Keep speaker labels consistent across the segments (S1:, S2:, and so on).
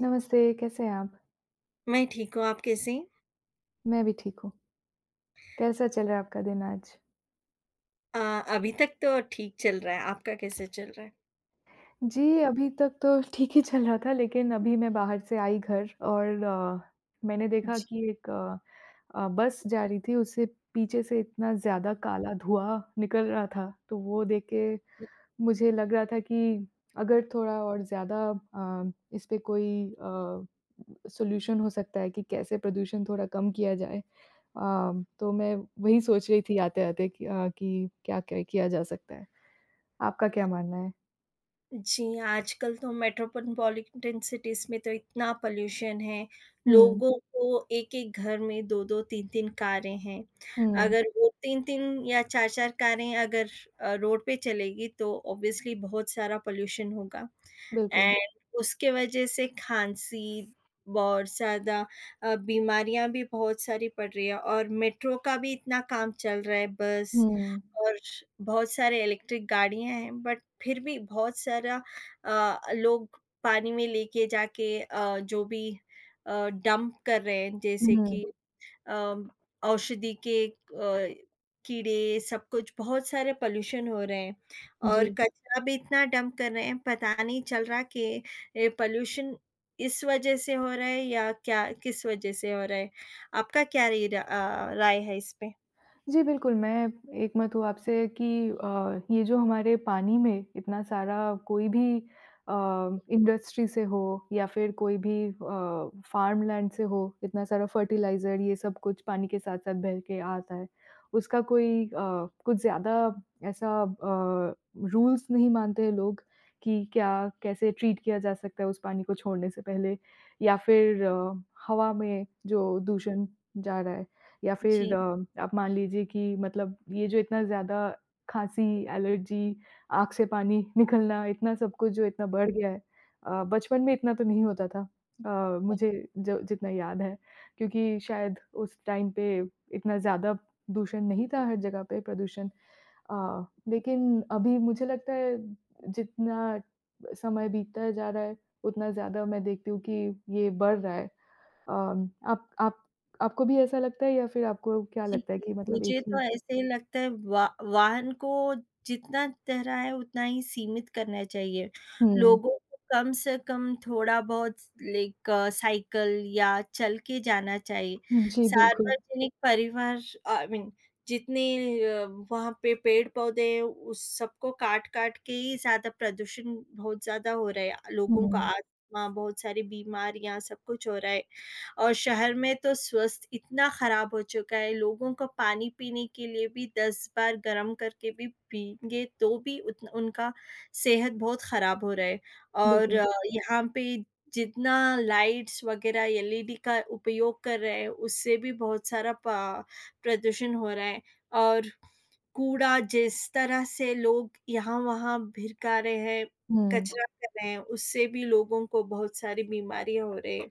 S1: नमस्ते, कैसे हैं आप?
S2: मैं ठीक हूँ, आप कैसे हैं?
S1: मैं भी ठीक हूँ। कैसा चल रहा है आपका दिन आज?
S2: अ, अभी तक तो ठीक चल रहा है, आपका कैसे चल रहा है?
S1: जी, अभी तक तो ठीक ही चल रहा था लेकिन अभी मैं बाहर से आई घर और मैंने देखा
S2: जी।
S1: कि एक बस जा रही थी, उससे पीछे से इतना ज़्यादा काला धुआँ निकल रहा था, तो वो देख के मुझे लग रहा था कि अगर थोड़ा और ज़्यादा इस पे कोई अ, सॉल्यूशन हो सकता है कि कैसे प्रदूषण थोड़ा कम किया जाए। अ, तो मैं वही सोच रही थी आते-आते कि कि क्या-क्या किया जा सकता है? आपका क्या मानना है?
S2: जी, आजकल तो मेट्रोपॉलिटन सिटीज़ में तो इतना पॉल्यूशन है,
S1: हुँ,
S2: लोगों को एक-एक घर में 2-2 3-3 कारें हैं।
S1: हुँ,
S2: अगर वो 3-3 या 4-4 कारें अगर रोड पे चलेगी तो ऑब्वियसली बहुत सारा पॉल्यूशन होगा।
S1: बिल्कुल।
S2: एंड उसके वजह से खाँसी, बहुत ज़्यादा बीमारियाँ भी बहुत सारी पड़ रही है और मेट्रो का भी इतना काम चल रहा है, बस
S1: हुँ,
S2: और बहुत सारे इलेक्ट्रिक गाड़ियाँ हैं, बट फिर भी बहुत सारा लोग पानी में लेके जाके जो भी डंप कर रहे हैं, जैसे
S1: हुँ,
S2: कि अम, औषधि के कीड़े सब कुछ बहुत सारे पोल्यूशन हो रहे हैं और
S1: जी।
S2: कचरा भी इतना डंप कर रहे हैं पता नहीं चल रहा कि ये पोल्यूशन इस वजह से हो रहा है या क्या किस वजह से हो रहा है आपका क्या राय है इस पे
S1: जी, बिल्कुल, मैं एकमत हूँ आपसे कि ये जो हमारे पानी में इतना सारा कोई भी अ, इंडस्ट्री से हो या फिर कोई भी फ़ार्मलैंड से हो, इतना सारा फ़र्टिलाइज़र ये सब कुछ पानी के साथ-साथ बह के आता है। उसका कोई कुछ ज़्यादा ऐसा रूल्स नहीं मानते हैं लोग कि क्या कैसे ट्रीट किया जा सकता है उस पानी को छोड़ने से पहले या फिर हवा में जो दूषण जा रहा है या फिर
S2: जी
S1: आप मान लीजिए कि मतलब ये जो इतना ज़्यादा खाँसी, एलर्जी, आँख से पानी निकलना, इतना सब कुछ जो इतना बढ़ गया है, बचपन में इतना तो नहीं होता था। मुझे जो जितना याद है, क्योंकि शायद उस टाइम पे इतना ज़्यादा दूषण नहीं था हर जगह पे प्रदूषण। लेकिन अभी मुझे लगता है जितना समय बीतता जा रहा है, उतना ज़्यादा मैं देखती हूँ कि ये बढ़ रहा है। आप आपको भी ऐसा लगता है या फिर आपको क्या
S2: जी,
S1: लगता है कि मतलब एक
S2: मुझे तो
S1: ही
S2: ऐसे ही लगता है वा वाहन को जितना तरह है उतना ही सीमित करना चाहिए।
S1: हुँ,
S2: लोगों को कम से कम थोड़ा-बहुत लाइक साइकिल या चल के जाना चाहिए।
S1: जी, बिल्कुल।
S2: सार्वजनिक परिवहन आई मीन जितने अ, वहाँ पे पेड़-पौधे हैं उस सबको काट-काट के ही ज़्यादा प्रदूषण बहुत ज़्यादा हो रहा है। लोगों का
S1: हुँ,
S2: आस्थमा, बहुत सारी बीमारियाँ सब कुछ हो रहा है। और शहर में तो स्वास्थ्य इतना खराब हो चुका है, लोगों को पानी पीने के लिए भी 10 बार गर्म करके भी पिएँगे तो भी उतना उनका सेहत बहुत खराब हो रहा है। और
S1: बिल्कुल।
S2: यहाँ पे जितना लाइट्स वग़ैरह एलईडी का उपयोग कर रहे हैं, उससे भी बहुत सारा प प्रदूषण हो रहा है और कूड़ा जिस तरह से लोग यहाँ-वहाँ भिरका रहे हैं,
S1: हुँ,
S2: कचरा कर रहे हैं, उससे भी लोगों को बहुत सारी बीमारियाँ हो रही हैं।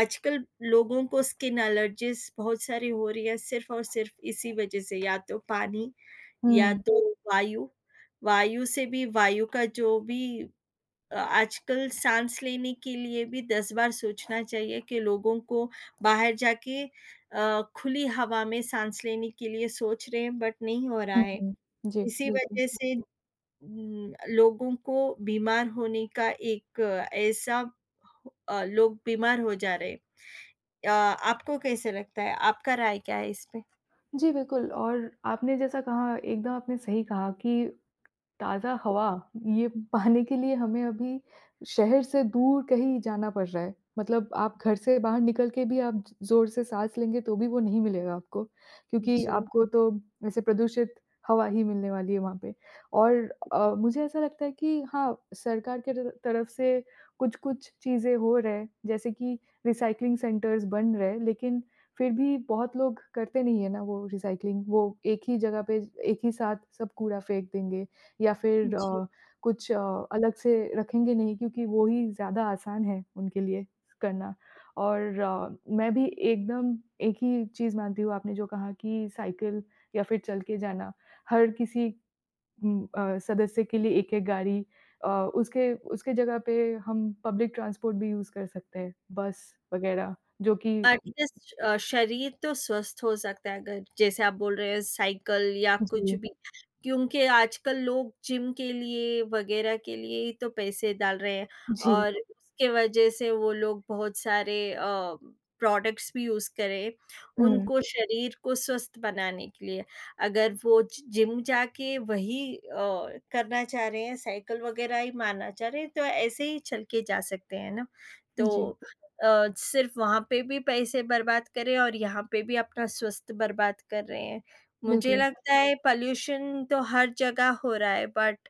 S2: आजकल लोगों को स्किन एलर्जीज़ बहुत सारी हो रही है, सिर्फ़ और सिर्फ़ इसी वजह से, या तो पानी या
S1: हुँ,
S2: तो वायु। वायु से भी वायु का जो भी आजकल साँस लेने के लिए भी 10 बार सोचना चाहिए कि लोगों को बाहर जाके खुली हवा में साँस लेने के लिए सोच रहे हैं, बट नहीं हो रहा
S1: हुँ,
S2: है।
S1: हुँ। जी,
S2: इसी
S1: बिल्कुल।
S2: वजह से लोगों को बीमार होने का एक ऐसा लोग बीमार हो जा रहे हैं। अ, आपको कैसे लगता है? आपका राय क्या है इस पे?
S1: जी, बिल्कुल और आपने जैसा कहा एकदम आपने सही कहा कि ताज़ा हवा, ये पाने के लिए हमें अभी शहर से दूर कहीं जाना पड़ रहा है। मतलब आप घर से बाहर निकल के भी आप ज ज़ोर से साँस लेंगे तो भी वो नहीं मिलेगा आपको, क्योंकि
S2: जी,
S1: आपको तो ऐसे प्रदूषित हवा ही मिलने वाली है वहाँ पे। और मुझे ऐसा लगता है कि हाँ, सरकार के तर तरफ से कुछ-कुछ चीज़ें हो रहे हैं, जैसे कि रिसाइक्लिंग सेंटर्स बन रहे हैं, लेकिन फिर भी बहुत लोग करते नहीं है ना वो रिसाइक्लिंग, वो एक ही जगह पे एक ही साथ सब कूड़ा फेंक देंगे। या फिर
S2: जी।
S1: कुछ अलग से रखेंगे नहीं क्योंकि वो ही ज़्यादा आसान है उनके लिए करना। और मैं भी एकदम एक ही चीज़ मानती हूँ आपने जो कहा कि साइकिल या फिर चल के जाना, हर किसी सदस्य के लिए एक-एक गाड़ी अ, उसके उसके जगह पे हम पब्लिक ट्रांसपोर्ट भी यूज़ कर सकते हैं, बस वग़ैरह जो कि
S2: एटलीस्ट शरीर तो स्वस्थ हो सकता है अगर जैसे आप बोल रहे हैं साइकिल या कुछ
S1: जी,
S2: भी, क्योंकि आजकल लोग जिम के लिए वगैरह के लिए ही तो पैसे डाल रहे हैं
S1: जी।
S2: और उसके वजह से वो लोग बहुत सारे प्रोडक्ट्स भी यूज़ करें,
S1: हुँ,
S2: उनको शरीर को स्वस्थ बनाने के लिए। अगर वो जि जिम जाके वही करना चाह रहे हैं, साइकिल वगैरह ही मारना चाह रहे हैं, तो ऐसे ही चल के जा सकते हैं ना, तो
S1: जी,
S2: सिर्फ़ वहाँ पे भी पैसे बर्बाद कर रहे हैं और यहाँ पे भी अपना स्वास्थ्य बर्बाद कर रहे हैं। मुझे
S1: बिल्कुल।
S2: लगता है पॉल्यूशन तो हर जगह हो रहा है बट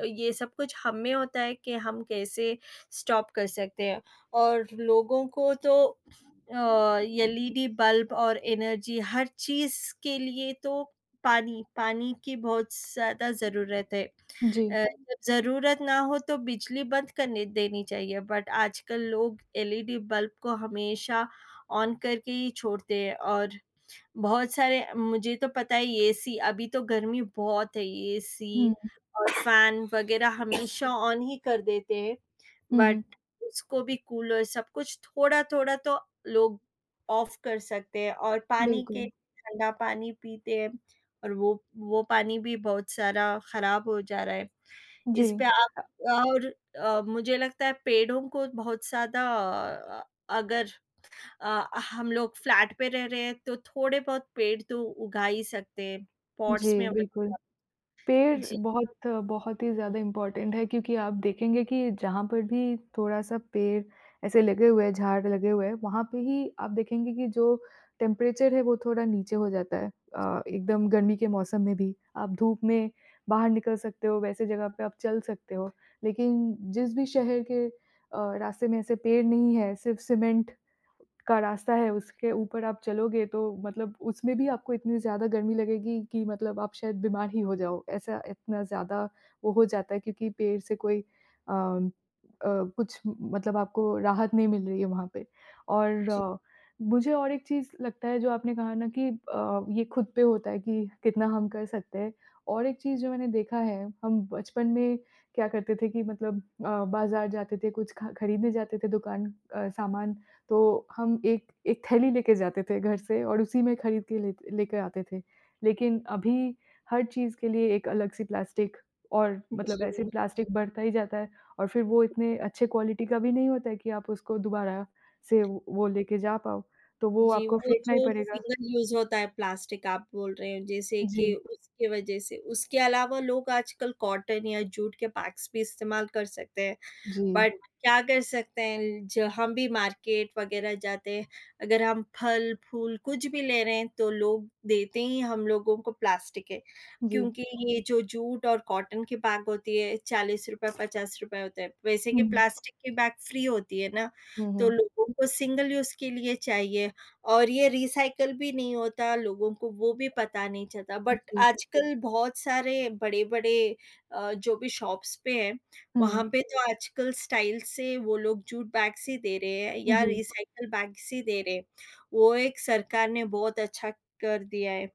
S2: ये सब कुछ हम में होता है कि हम कैसे स्टॉप कर सकते हैं और लोगों को तो एलईडी बल्ब और एनर्जी हर चीज़ के लिए तो पानी, पानी की बहुत ज़्यादा ज़रूरत है।
S1: जी।
S2: अ, जब ज़रूरत ना हो तो बिजली बंद करने देनी चाहिए, बट आजकल लोग एलईडी बल्ब को हमेशा ऑन करके ही छोड़ते हैं और बहुत सारे मुझे तो पता है एसी अभी तो गर्मी बहुत है, एसी
S1: हुँ,
S2: और फैन वग़ैरह हमेशा ऑन ही कर देते हैं,
S1: हुँ,
S2: बट
S1: हुँ,
S2: उसको भी कूलर सब कुछ थोड़ा-थोड़ा तो लोग ऑफ कर सकते हैं और पानी के
S1: बिल्कुल,
S2: ठंडा पानी पीते हैं और वो पानी भी बहुत सारा खराब हो जा रहा है।
S1: जी।
S2: इस पे आप और मुझे लगता है पेड़ों को बहुत ज़्यादा अगर हम लोग फ्लैट पे रह रहे हैं तो थोड़े बहुत पेड़ तो उगा ही सकते हैं पॉट्स
S1: जी,
S2: में व
S1: बिल्कुल। पेड़
S2: जी।
S1: बहुत बहुत ही ज़्यादा इम्पोर्टेंट है क्योंकि आप देखेंगे कि जहाँ पर भी थोड़ा-सा पेड़ ऐसे लगे हुए हैं, झाड़ लगे हुए हैं, वहाँ पे ही आप देखेंगे कि जो टेम्परेचर है वो थोड़ा नीचे हो जाता है। एकदम गर्मी के मौसम में भी आप धूप में बाहर निकल सकते हो, वैसे जगह पे आप चल सकते हो। लेकिन जिस भी शहर के रास्ते में ऐसे पेड़ नहीं है, सिर्फ़ सीमेंट का रास्ता है, उसके ऊपर आप चलोगे तो मतलब उसमें भी आपको इतनी ज़्यादा गर्मी लगेगी कि मतलब आप शायद बीमार ही हो जाओ। ऐसा इतना ज़्यादा वो हो जाता है क्योंकि पेड़ से कोई कुछ मतलब आपको राहत नहीं मिल रही है वहाँ पे। और
S2: जी।
S1: मुझे और एक चीज़ लगता है जो आपने कहा ना कि ये खुद पे होता है कि कितना हम कर सकते हैं। और एक चीज़ जो मैंने देखा है, हम बचपन में क्या करते थे कि मतलब बाज़ार जाते थे, कुछ ख खरीदने जाते थे दुकान सामान तो हम एक एक थैली लेके जाते थे घर से और उसी में खरीद के ले लेके आते थे। लेकिन अभी हर चीज़ के लिए एक अलग-सी प्लास्टिक और मतलब ऐसे
S2: जी,
S1: प्लास्टिक बढ़ता ही जाता है और फिर वो इतने अच्छे क्वालिटी का भी नहीं होता है कि आप उसको दोबारा से वो लेके जा पाओ, तो वो
S2: जी,
S1: आपको
S2: वो
S1: फेंकना ही
S2: जो
S1: पड़ेगा।
S2: सिंगल यूज़ होता है प्लास्टिक आप बोल रहे हैं जैसे कि
S1: जी,
S2: उसकी वजह से उसके अलावा लोग आजकल कॉटन या जूट के बैग्स भी इस्तेमाल कर सकते हैं।
S1: जी,
S2: बट क्या कर सकते हैं, जो हम भी मार्केट वगैरह जाते हैं, अगर हम फल-फूल कुछ भी ले रहे हैं, तो लोग देते ही हम लोगों को प्लास्टिक है।
S1: जी।
S2: क्योंकि ये जो जूट और कॉटन की बैग होती है, ₹40, ₹50 होते हैं। वैसे कि
S1: हुँ,
S2: प्लास्टिक की बैग फ्री होती है ना,
S1: हुँ,
S2: तो
S1: हुँ।
S2: लोगों को सिंगल यूज़ के लिए चाहिए और ये रिसाइकल भी नहीं होता, लोगों को वो भी पता नहीं चलता। बट
S1: जी,
S2: आजकल बहुत सारे बड़े-बड़े जो भी शॉप्स पे हैं, वहाँ
S1: हुँ,
S2: पे तो आजकल स्टाइल से वो लोग जूट बैग्स ही दे रहे हैं या
S1: जी,
S2: रिसाइकल बैग्स ही दे रहे हैं। वो एक सरकार ने बहुत अच्छा कर दिया है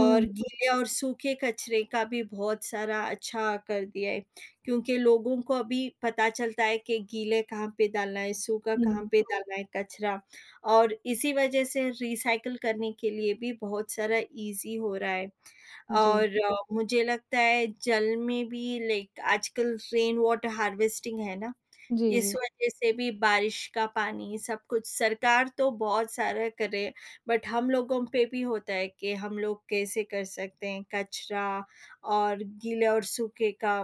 S2: और गीले और सूखे कचरे का भी बहुत सारा अच्छा कर दिया है, क्योंकि लोगों को अभी पता चलता है कि गीले कहाँ पे डालना है, सूखा कहाँ
S1: हुँ।
S2: पे डालना है कचरा और इसी वजह से रिसाइकल करने के लिए भी बहुत सारा ईज़ी हो रहा है।
S1: जी,
S2: और मुझे लगता है जल में भी लाइक आजकल रेन वाटर हार्वेस्टिंग है ना,
S1: जी,
S2: इस
S1: जी।
S2: वजह से भी बारिश का पानी सब कुछ सरकार तो बहुत सारा करे, बट हम लोगों पे भी होता है कि हम लोग कैसे कर सकते हैं कचरा और गीले और सूखे का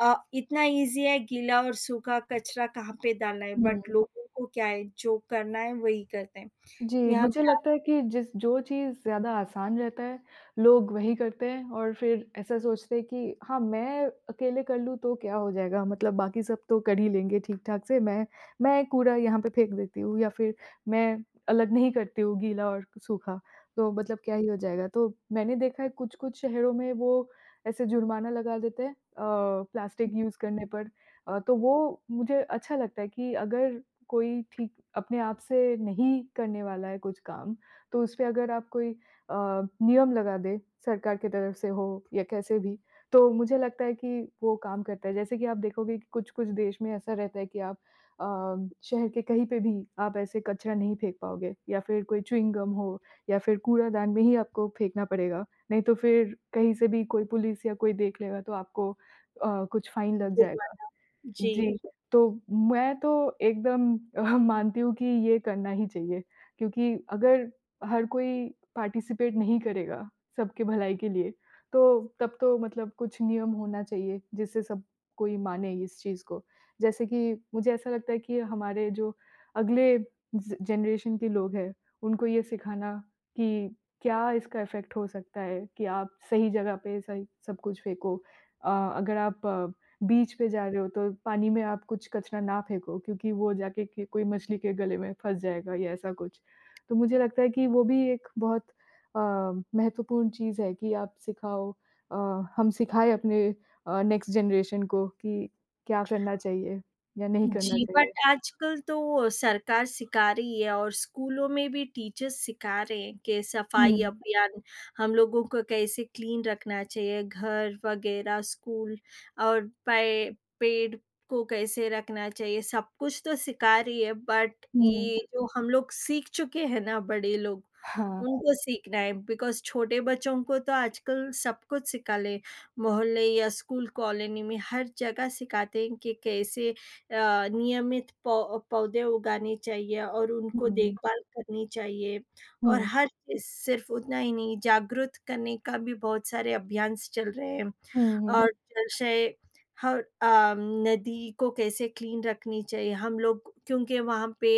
S2: इतना ईज़ी है गीला और सूखा कचरा कहाँ पे डालना है
S1: हुँ।
S2: बट लोगों को क्या है, जो करना है वही करते हैं।
S1: जी,
S2: यहाँ
S1: मुझे
S2: पे आप
S1: लगता है कि जिस जो चीज़ ज़्यादा आसान रहता है, लोग वही करते हैं और फिर ऐसा सोचते हैं कि हाँ, मैं अकेले कर लूँ तो क्या हो जाएगा? मतलब बाकी सब तो कर ही लेंगे ठीक-ठाक से, मैं कूड़ा यहाँ पे फेंक देती हूँ या फिर मैं अलग नहीं करती हूँ गीला और सूखा, तो मतलब क्या ही हो जाएगा? तो मैंने देखा है कुछ-कुछ शहरों में वो ऐसे जुर्माना लगा देते हैं प्लास्टिक यूज़ करने पर। तो वो मुझे अच्छा लगता है कि अगर कोई ठीक अपने आप से नहीं करने वाला है कुछ काम, तो उस पे अगर आप कोई अ, नियम लगा दें, सरकार की तरफ से हो या कैसे भी, तो मुझे लगता है कि वो काम करता है। जैसे कि आप देखोगे कि कुछ-कुछ देश में ऐसा रहता है कि आप अ, शहर के कहीं पे भी आप ऐसे कचरा नहीं फेंक पाओगे या फिर कोई च्युइंग गम हो या फिर कूड़ादान में ही आपको फेंकना पड़ेगा, नहीं तो फिर कहीं से भी कोई पुलिस या कोई देख लेगा तो आपको कुछ फाइन लग जाएगा।
S2: जी।
S1: जी, तो मैं तो एकदम मानती हूँ कि ये करना ही चाहिए, क्योंकि अगर हर कोई पार्टिसिपेट नहीं करेगा, सबके भलाई के लिए, तो तब तो मतलब कुछ नियम होना चाहिए, जिससे सब कोई माने इस चीज़ को। जैसे कि मुझे ऐसा लगता है कि हमारे जो अगले ज जनरेशन के लोग हैं, उनको ये सिखाना कि क्या इसका इफ़ेक्ट हो सकता है कि आप सही जगह पे सही सब कुछ फेंको। अ, अगर आप बीच पे जा रहे हो तो पानी में आप कुछ कचरा ना फेंको क्योंकि वो जाके के कोई मछली के गले में फँस जाएगा या ऐसा कुछ। तो मुझे लगता है कि वो भी एक बहुत अ, महत्वपूर्ण चीज़ है कि आप सिखाओ, अ, हम सिखाएँ अपने नेक्स्ट जनरेशन को कि क्या करना चाहिए या नहीं करना
S2: जी, बट
S1: चाहिए।
S2: आजकल तो सरकार सिखा रही है और स्कूलों में भी टीचर्स सिखा रहे हैं कि
S1: हुँ,
S2: सफाई अभियान हम लोगों को कैसे क्लीन रखना चाहिए, घर वगैरह, स्कूल और पे पेड़ को कैसे रखना चाहिए, सब कुछ तो सिखा रही है बट
S1: हुँ।
S2: ये जो हम लोग सीख चुके हैं ना बड़े लोग,
S1: हाँ।
S2: उनको सीखना है बिकॉज़ छोटे बच्चों को तो आजकल सब कुछ सिखा ले मोहल्ले या स्कूल कॉलोनी में हर जगह सिखाते हैं कि कैसे अ, नियमित पौ पौधे उगाने चाहिए और उनको
S1: हुँ,
S2: देखभाल करनी चाहिए और
S1: हुँ,
S2: हर चीज़ सिर्फ़ उतना ही नहीं जागरूक करने का भी बहुत सारे अभियान्स चल रहे हैं
S1: हुँ, हुँ।
S2: और जैसे हर नदी को कैसे क्लीन रखनी चाहिए हम लोग क्योंकि वहाँ पे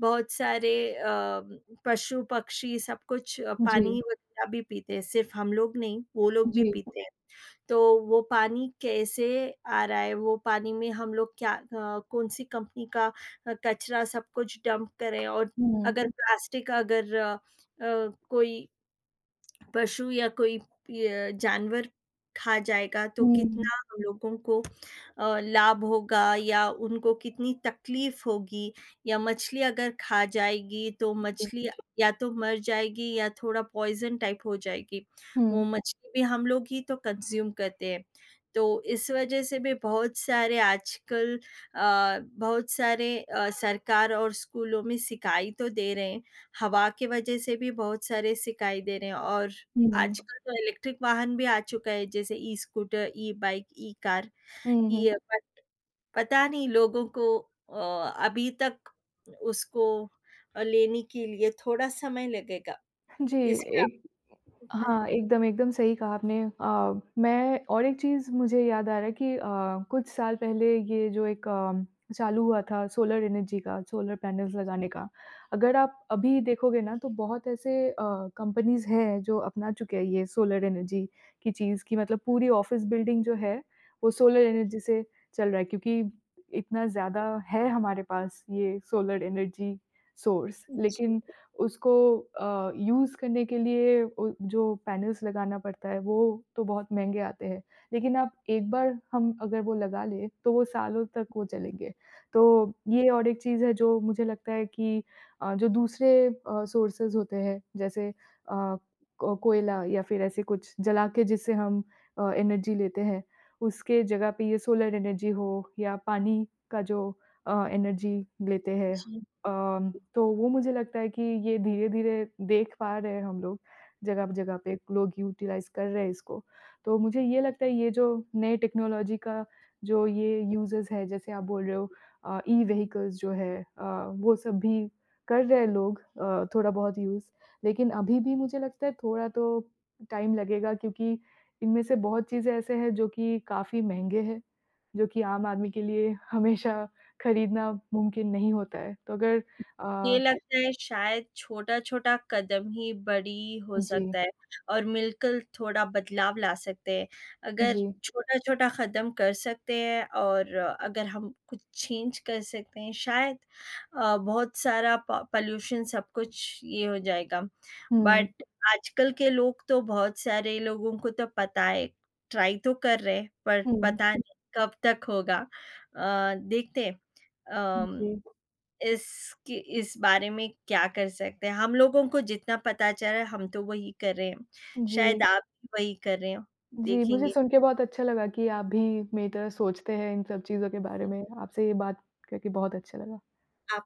S2: बहुत सारे पशु-पक्षी सब कुछ
S1: जी,
S2: पानी वग़ैरह भी पीते हैं, सिर्फ़ हम लोग नहीं, वो लोग भी
S1: जी।
S2: पीते हैं। तो वो पानी कैसे आ रहा है, वो पानी में हम लोग क्या कौन-सी कंपनी का कचरा सब कुछ डंप करें और
S1: हुँ,
S2: अगर प्लास्टिक अगर अ, अ, कोई पशु या कोई य जानवर खा जाएगा तो
S1: हुँ,
S2: कितना हम लोगों को लाभ होगा या उनको कितनी तकलीफ होगी या मछली अगर खा जाएगी तो
S1: जी।
S2: मछली या तो मर जाएगी या थोड़ा पॉइज़न टाइप हो जाएगी।
S1: हुँ,
S2: वो मछली भी हम लोग ही तो कंज़्यूम करते हैं। तो इस वज़ह से भी बहुत सारे आजकल बहुत सारे सरकार और स्कूलों में शिकायत तो दे रहे हैं। हवा के वज़ह से भी बहुत सारे शिकायत दे रहे हैं और
S1: हुँ,
S2: आजकल तो इलेक्ट्रिक वाहन भी आ चुका है जैसे ई-स्कूटर, ई-बाइक, ई-कार,
S1: हुँ,
S2: ई
S1: हुँ।
S2: अ, प पता नहीं लोगों को अ, अभी तक उसको लेने के लिए थोड़ा समय लगेगा।
S1: जी,
S2: इसमें
S1: एक हाँ, एकदम, एकदम सही कहा आपने। मैं और एक चीज़ मुझे याद आ रहा है कि कुछ साल पहले ये जो एक चालू हुआ था सोलर एनर्जी का, सोलर पैनल्स लगाने का। अगर आप अभी देखोगे ना तो बहुत ऐसे कंपनीज़ हैं जो अपना चुके हैं ये सोलर एनर्जी की चीज़ कि मतलब पूरी ऑफ़िस बिल्डिंग जो है वो सोलर एनर्जी से चल रहा है क्योंकि इतना ज़्यादा है हमारे पास ये सोलर एनर्जी सोर्स। लेकिन उसको यूज़ करने के लिए उ जो पैनल्स लगाना पड़ता है, वो तो बहुत महँगे आते हैं। लेकिन आप एक बार हम अगर वो लगा लें, तो वो सालों तक वो चलेंगे। तो ये और एक चीज़ है जो मुझे लगता है कि जो दूसरे सोर्सेज़ होते हैं, जैसे को कोयला या फिर ऐसे कुछ जला के जिससे हम एनर्जी लेते हैं, उसके जगह पे ये सोलर एनर्जी हो या पानी का जो एनर्जी लेते हैं।
S2: जी।
S1: तो वो मुझे लगता है कि ये धीरे-धीरे देख पा रहे हैं हम लोग, जगह-जगह पे लोग यूटिलाइज़ कर रहे हैं इसको। तो मुझे ये लगता है ये जो नए टेक्नोलॉजी का जो ये यूज़ेज़ है, जैसे आप बोल रहे हो ई-व्हीकल्स जो है वो सब भी कर रहे हैं लोग थोड़ा बहुत यूज़। लेकिन अभी भी मुझे लगता है थोड़ा तो टाइम लगेगा क्योंकि इनमें से बहुत चीज़ें ऐसे हैं जो कि काफ़ी महँगे हैं, जो कि आम आदमी के लिए हमेशा खरीदना मुमकिन नहीं होता है। तो अगर
S2: ये
S1: अ,
S2: लगता है शायद छोटा-छोटा कदम ही बड़ी हो
S1: जी,
S2: सकता है और मिलकर थोड़ा बदलाव ला सकते हैं। अगर
S1: जी।
S2: छोटा-छोटा कदम कर सकते हैं और अगर हम कुछ चेंज कर सकते हैं शायद बहुत सारा प पॉल्यूशन सब कुछ ये हो जाएगा।
S1: हुँ,
S2: बट आजकल के लोग तो बहुत सारे लोगों को तो पता है, ट्राई तो कर रहे हैं पर
S1: हुँ।
S2: पता नहीं कब तक होगा। देखते हैं। अम
S1: जी,
S2: इसके इस बारे में क्या कर सकते हैं? हम लोगों को जितना पता चल रहा है हम तो वही कर रहे हैं।
S1: जी,
S2: शायद आप भी वही कर रहे हो,
S1: जी। मुझे
S2: देखेंगे
S1: सुन के बहुत अच्छा लगा कि आप भी मेरी तरह सोचते हैं इन सब चीज़ों के
S2: कि
S1: बारे में। आपसे ये बात करके बहुत अच्छा लगा।
S2: आप